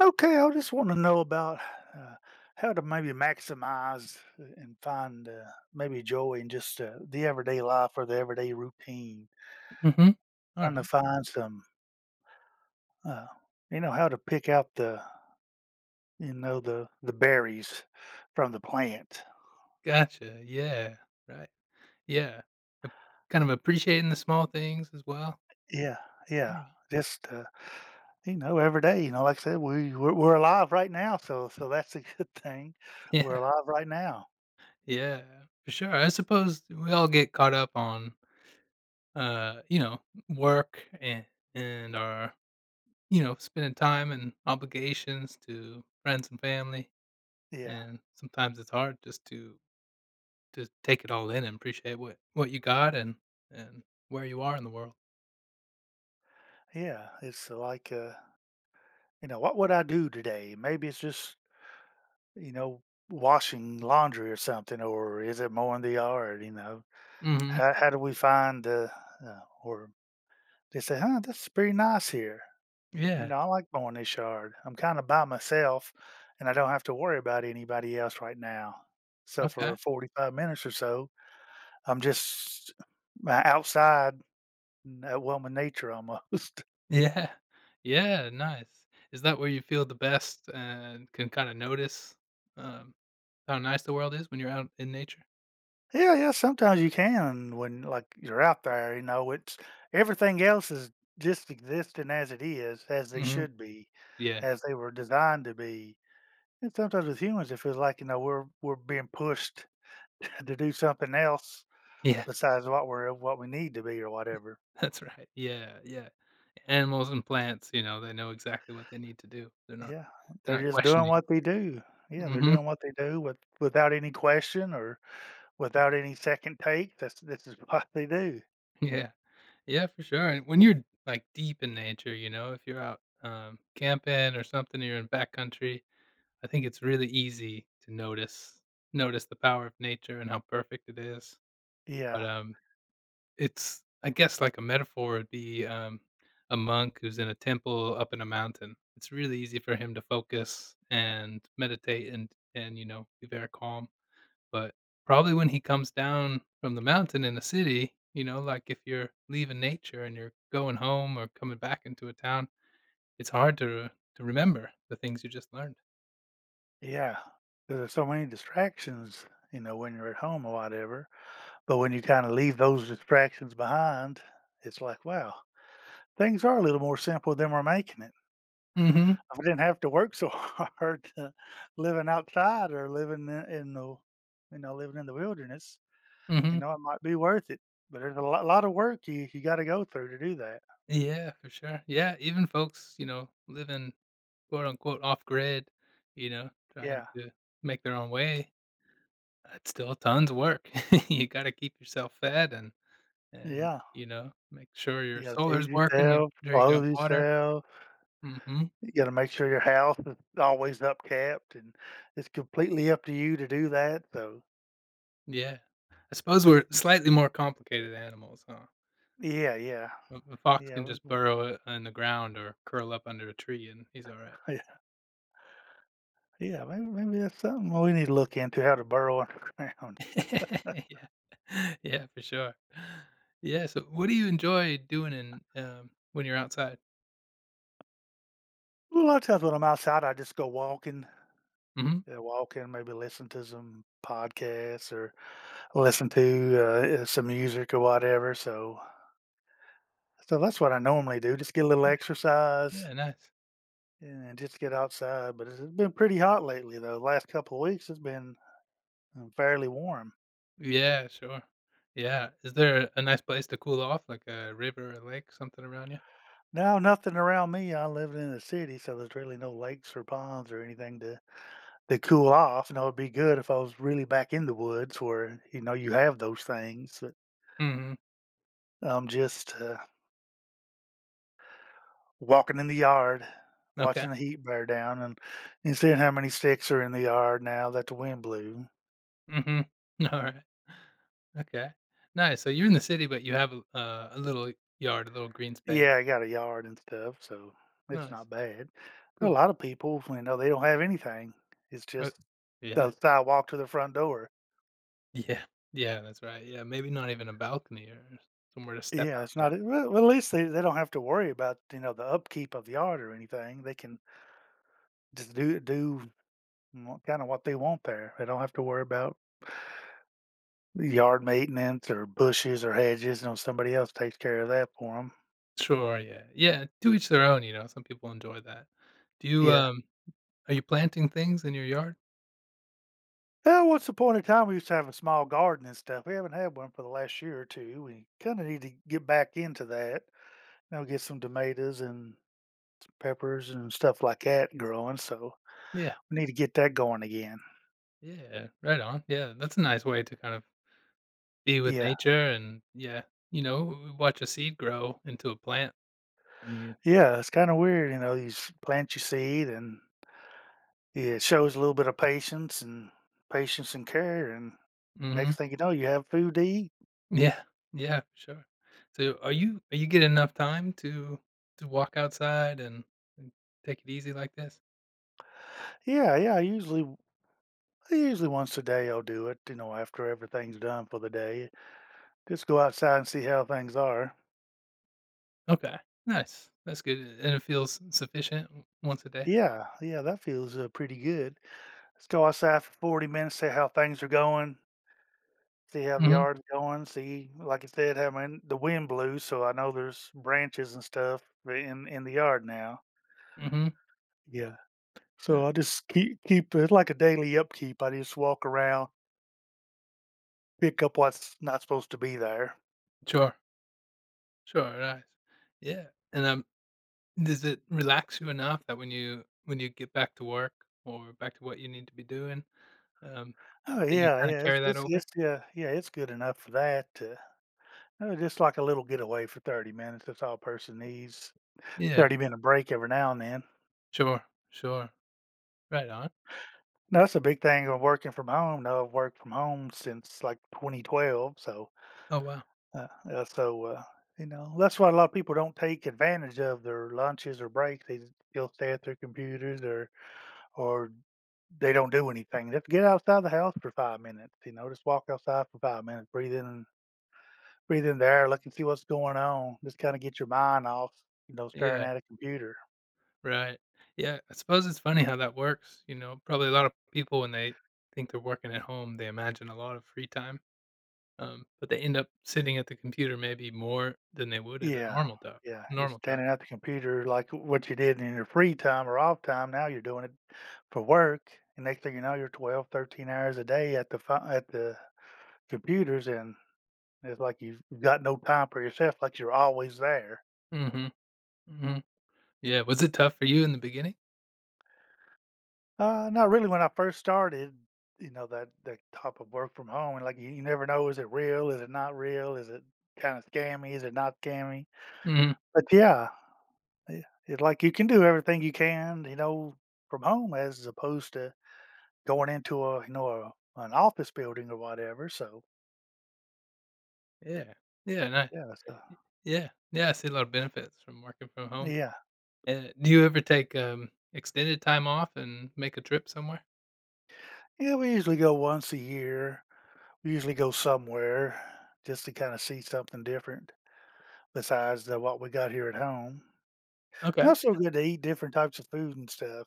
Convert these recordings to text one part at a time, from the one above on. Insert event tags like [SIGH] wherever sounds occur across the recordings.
Okay, I just want to know about uh, how to maybe maximize and find maybe joy in just the everyday life or the everyday routine. Mhm. Trying to Alright. find some, uh, how to pick out the berries from the plant. Gotcha. Yeah. Right. Yeah. Ap Kind of appreciating the small things as well. Yeah, yeah. Right. [LAUGHS] Just every day. You know, like I said, we're alive right now, so that's a good thing. We're Yeah. alive right now. Yeah. For sure. I suppose we all get caught up on, you know, work and our, you know, spending time and obligations to friends and family, Yeah, and sometimes it's hard just to take it all in and appreciate what you got and and where you are in the world. yeah. It's like you know, what would I do today? Maybe it's just you know, washing laundry or something, or is it mowing the yard? Mhm. How do we find the, or they say, huh, this is pretty nice here. You Yeah. know, I like mowing this yard. I'm kind of by myself and I don't have to worry about anybody else right now. So for Okay. 45 minutes or so, I'm just outside and at one with nature almost. Yeah. Yeah, nice. Is that where you feel the best and can kinda notice, um, how nice the world is when you're out in nature? Yeah, yeah, sometimes you can when like you're out there, you know, it's everything else is just existing as it is, as they Mhm. should be, Yeah. as they were designed to be. And sometimes with humans it feels like, you know, we're being pushed [LAUGHS] to do something else Yeah. besides what we need to be or [LAUGHS] whatever. That's right. Yeah, yeah. Animals and plants, you know, they know exactly what they need to do. Yeah. They're They're not just doing questioning. what they do. Yeah, they're Mhm. doing what they do with without any question or without any second take. That's this is [LAUGHS] what they do. [LAUGHS] Yeah. Yeah, for sure, and when you're, like, deep in nature, you know, if you're out, camping or something, or you're in backcountry, I think it's really easy to notice the power of nature and how perfect it is. Yeah. But, it's I guess like a metaphor would be, a monk who's in a temple up in a mountain. It's really easy for him to focus and meditate and you know, be very calm, but probably when he comes down from the mountain in a city, you know, like if you're leaving nature and you're going home or coming back into a town, it's hard to remember the things you just learned. Yeah, 'cause there's so many distractions, you know, when you're at home or whatever. But when you kinda leave those distractions behind, it's like, wow, things are a little more simple than we're making it. Mhm, I didn't have to work so [LAUGHS] hard to living outside or living in living in the wilderness, you mhm. know, it might be worth it, but there's a lot of work you gotta go through to do that. Yeah, for sure. Yeah, even folks, you know, living quote unquote off grid, you know, trying Yeah, to make their own way, it's still tons of work. [LAUGHS] You got to keep yourself fed and yeah, you know, make sure your you gotta feed solar's working, make yourself, sure you got clothe water. yourself. hmm You gotta make sure your house is always up kept, and it's completely up to you to do that, so. Yeah. I suppose we're Yeah. slightly more complicated animals, huh? Yeah, yeah. A fox Yeah, can just we burrow in the ground or curl up under a tree and he's all right. yeah, yeah, maybe that's something we need to look into, how to burrow underground. [LAUGHS] Yeah. [LAUGHS] Yeah, for sure. Yeah, so what do you enjoy doing in, when you're outside? Well, a lot of times when I'm outside, I just go walking, Mhm. yeah, walking, maybe listen to some podcasts or listen to, some music or whatever, so that's what I normally do, just get a little exercise Yeah, nice. and just get outside, but it's been pretty hot lately, though, last couple of weeks, it's been and fairly warm. Yeah, sure. Yeah. Is there a nice place to cool off, like a river or a lake, something around you? Now, nothing around me. I live in the city, so there's really no lakes or ponds or anything to cool off. And it would be good if I was really back in the woods where, you know, you have those things. But Mhm. I'm just walking in the yard, Okay. watching the heat bear down and seeing how many sticks are in the yard now that the wind blew. Mhm. Alright. [LAUGHS] Okay. Nice. So you're in the city, but you have a little yard, a little green space. Yeah, I got a yard and stuff, so it's Nice. not bad. A Cool. lot of people, you know, they don't have anything. It's Uh just Yeah. the sidewalk to the front door. Yeah. Yeah, that's right. Yeah, maybe not even a balcony or somewhere to step Yeah, it's not outside. well, at least they don't have to worry about, you know, the upkeep of the yard or anything. They can just do kinda what they want there. They don't have to worry about yard maintenance or bushes or hedges, you know, somebody else takes care of that for them. Sure, yeah. Yeah, to each their own, you know, some people enjoy that. Do you, Yeah. um are you planting things in your yard? Well, what's the point of time, we used to have a small garden and stuff. We haven't had one for the last year or two. We kinda need to get back into that. You know, get some tomatoes and peppers and stuff like that growing, so Yeah, we need to get that going again. yeah, right on. Yeah, that's a nice way to kind of be with Yeah. nature and yeah, you know, watch a seed grow into a plant. And you Yeah, it's kind of weird, you know, plant your seed and yeah, it shows a little bit of patience and patience and care and next Mhm. thing you know you have food to eat. Yeah, yeah, for sure. So are you getting enough time to walk outside and and take it easy like this? Yeah, yeah, I usually once a day I'll do it, you know, after everything's done for the day. Just go outside and see how things are. Okay, nice. That's good, and it feels sufficient once a day? Yeah, yeah, that feels pretty good. Let's go outside for 40 minutes, see how things are going, see how the Mhm, yard's going, see, like I said, how many, the wind blew, so I know there's branches and stuff in the yard now. mhm. Yeah, Yeah, so I just keep it like a daily upkeep. I just walk around, pick up what's not supposed to be there. sure. Sure, right. Yeah, and, does it relax you enough that when you get back to work or back to what you need to be doing, um, Oh that you yeah, kinda yeah, carry that over? It's good enough for that. Just like a little getaway for 30 minutes. That's all a person needs. Yeah. 30 minute break every now and then. Sure, sure. Right on. Now, that's a big thing of working from home. Now I've worked from home since like 2012. So, Oh, wow. uh, uh, so uh, you know that's why a lot of people don't take advantage of their lunches or breaks. They still stay at their computers or They don't do anything. Just get outside the house for 5 minutes, you know, just walk outside for 5 minutes, breathe in the air, look and see what's going on, just kinda get your mind off, you know, staring Yeah, at a computer. right. Yeah, I suppose it's funny how that works, you know? Probably a lot of people, when they think they're working at home, they imagine a lot of free time, but they end up sitting at the computer maybe more than they would at a Yeah, normal job. yeah, you're normal job. standing at the computer like what you did in your free time or off time, now you're doing it for work, and next thing you know, you're 12, 13 hours a day at the pho at the computers, and it's like you've got no time for yourself, like you're always there. mm Mhm, mhm. Yeah, was it tough for you in the beginning? Not really. When I first started, you know, that type of work from home, and like you never know, is it real? Is it not real? Is it kind of scammy? Is it not scammy? Mhm. But yeah, it like you can do everything you can, you know, from home as opposed to going into a you know a, an office building or whatever. So Yeah. Yeah, nice. I yeah, so, y Yeah. Yeah, I see a lot of benefits from working from home. yeah, Do you ever take, extended time off and make a trip somewhere? yeah. We usually go once a year. We usually go somewhere just to kind of see something different besides what we got here at home. Okay. That's so good to eat different types of food and stuff.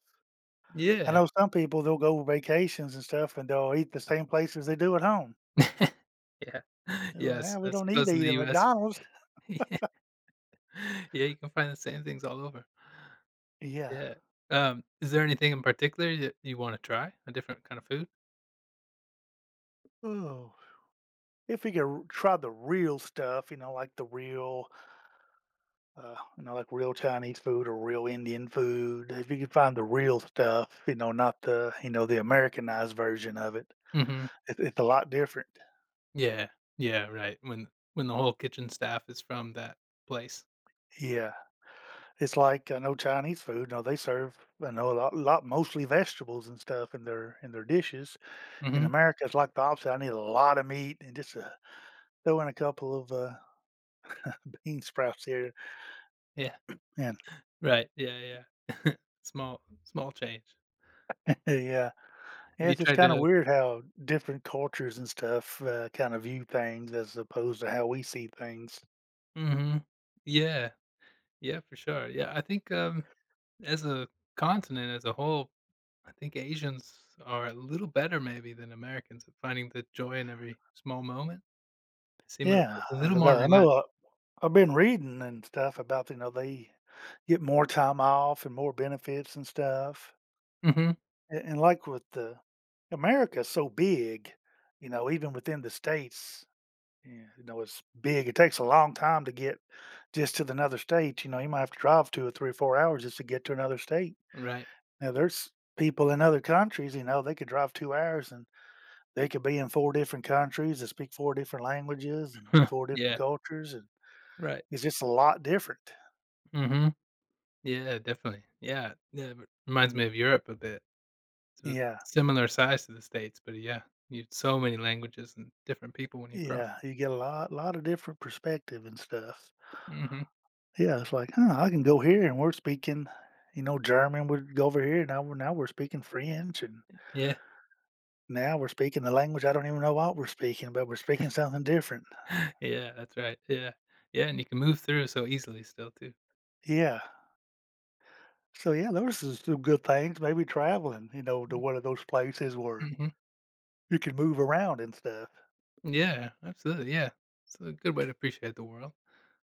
I Yeah. know some people, they'll go vacations and stuff, and they'll eat the same places they do at home. [LAUGHS] Yeah. [LAUGHS] They're like, Yes, "Ah, we I don't need to suppose in eat the at US McDonald's." [LAUGHS] Yeah. Yeah, you can find the same things all over. Yeah. Yeah. Is there anything in particular that you wanna try? A different kind of food? Oh, if we could r try the real stuff, you know, like the real, you know, like real Chinese food or real Indian food, if you could find the real stuff, you know, not the Americanized version of it, Mhm. it's a lot different. Yeah. Yeah, right, when the whole kitchen staff is from that place. Yeah. It's like I know Chinese food, you know, they serve, I know, a lot mostly vegetables and stuff in their dishes. In Mhm. America, it's like the opposite. I need a lot of meat and just, throw in a couple of, bean sprouts here, Yeah. and Right, yeah, yeah. [LAUGHS] Small change. [LAUGHS] yeah. Have Yeah, you it's just tried kinda to weird how different cultures and stuff, kinda view things as opposed to how we see things. Mhm. Yeah, yeah, for sure. Yeah, I think, as a continent as a whole, I think Asians are a little better maybe than Americans at finding the joy in every small moment. Seem a Yeah, A little 'cause more I know, relaxed. I've been reading and stuff about, you know, they get more time off and more benefits and stuff. Mhm. And like with the America is so big, you know, even within the states, eh, you know, it's big. It takes a long time to get just to the another state. You know, you might have to drive 2 or 3 or 4 hours just to get to another state. Right. Now, there's people in other countries, you know, they could drive 2 hours and they could be in four different countries and speak four different languages and Huh. four different Yeah, cultures. And right. it's just a lot different. Mhm. Yeah, definitely. Yeah, yeah, r reminds me of Europe a bit. It's a Yeah. similar size to the States, but yeah, you so many languages and different people when you cross Yeah. You get a lot of different perspective and stuff. Mhm. Yeah, it's like, huh, I can go here and we're speaking, you know, German. We'd go over here. Now we're speaking French and Yeah. now we're speaking the language I don't even know what we're speaking, but we're speaking something different. [LAUGHS] Yeah, that's right. Yeah. Yeah, and you can move through so easily still too. Yeah. So yeah, those are some good things. Maybe traveling, you know, to one of those places where Mhm. you can move around and stuff. Yeah, absolutely, yeah. It's a good way to appreciate the world.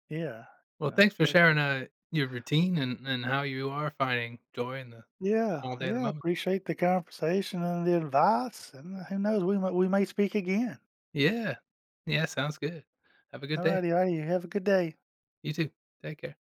Yeah. Well, Uh, thanks It's for like sharing, the- your routine and how you are finding joy in the yeah, small day, of the yeah. I moment. appreciate the conversation and the advice. And who knows, we may speak again. Yeah. Yeah, sounds good. Have a good All day. righty, all righty. You have a good day. You too. Take care.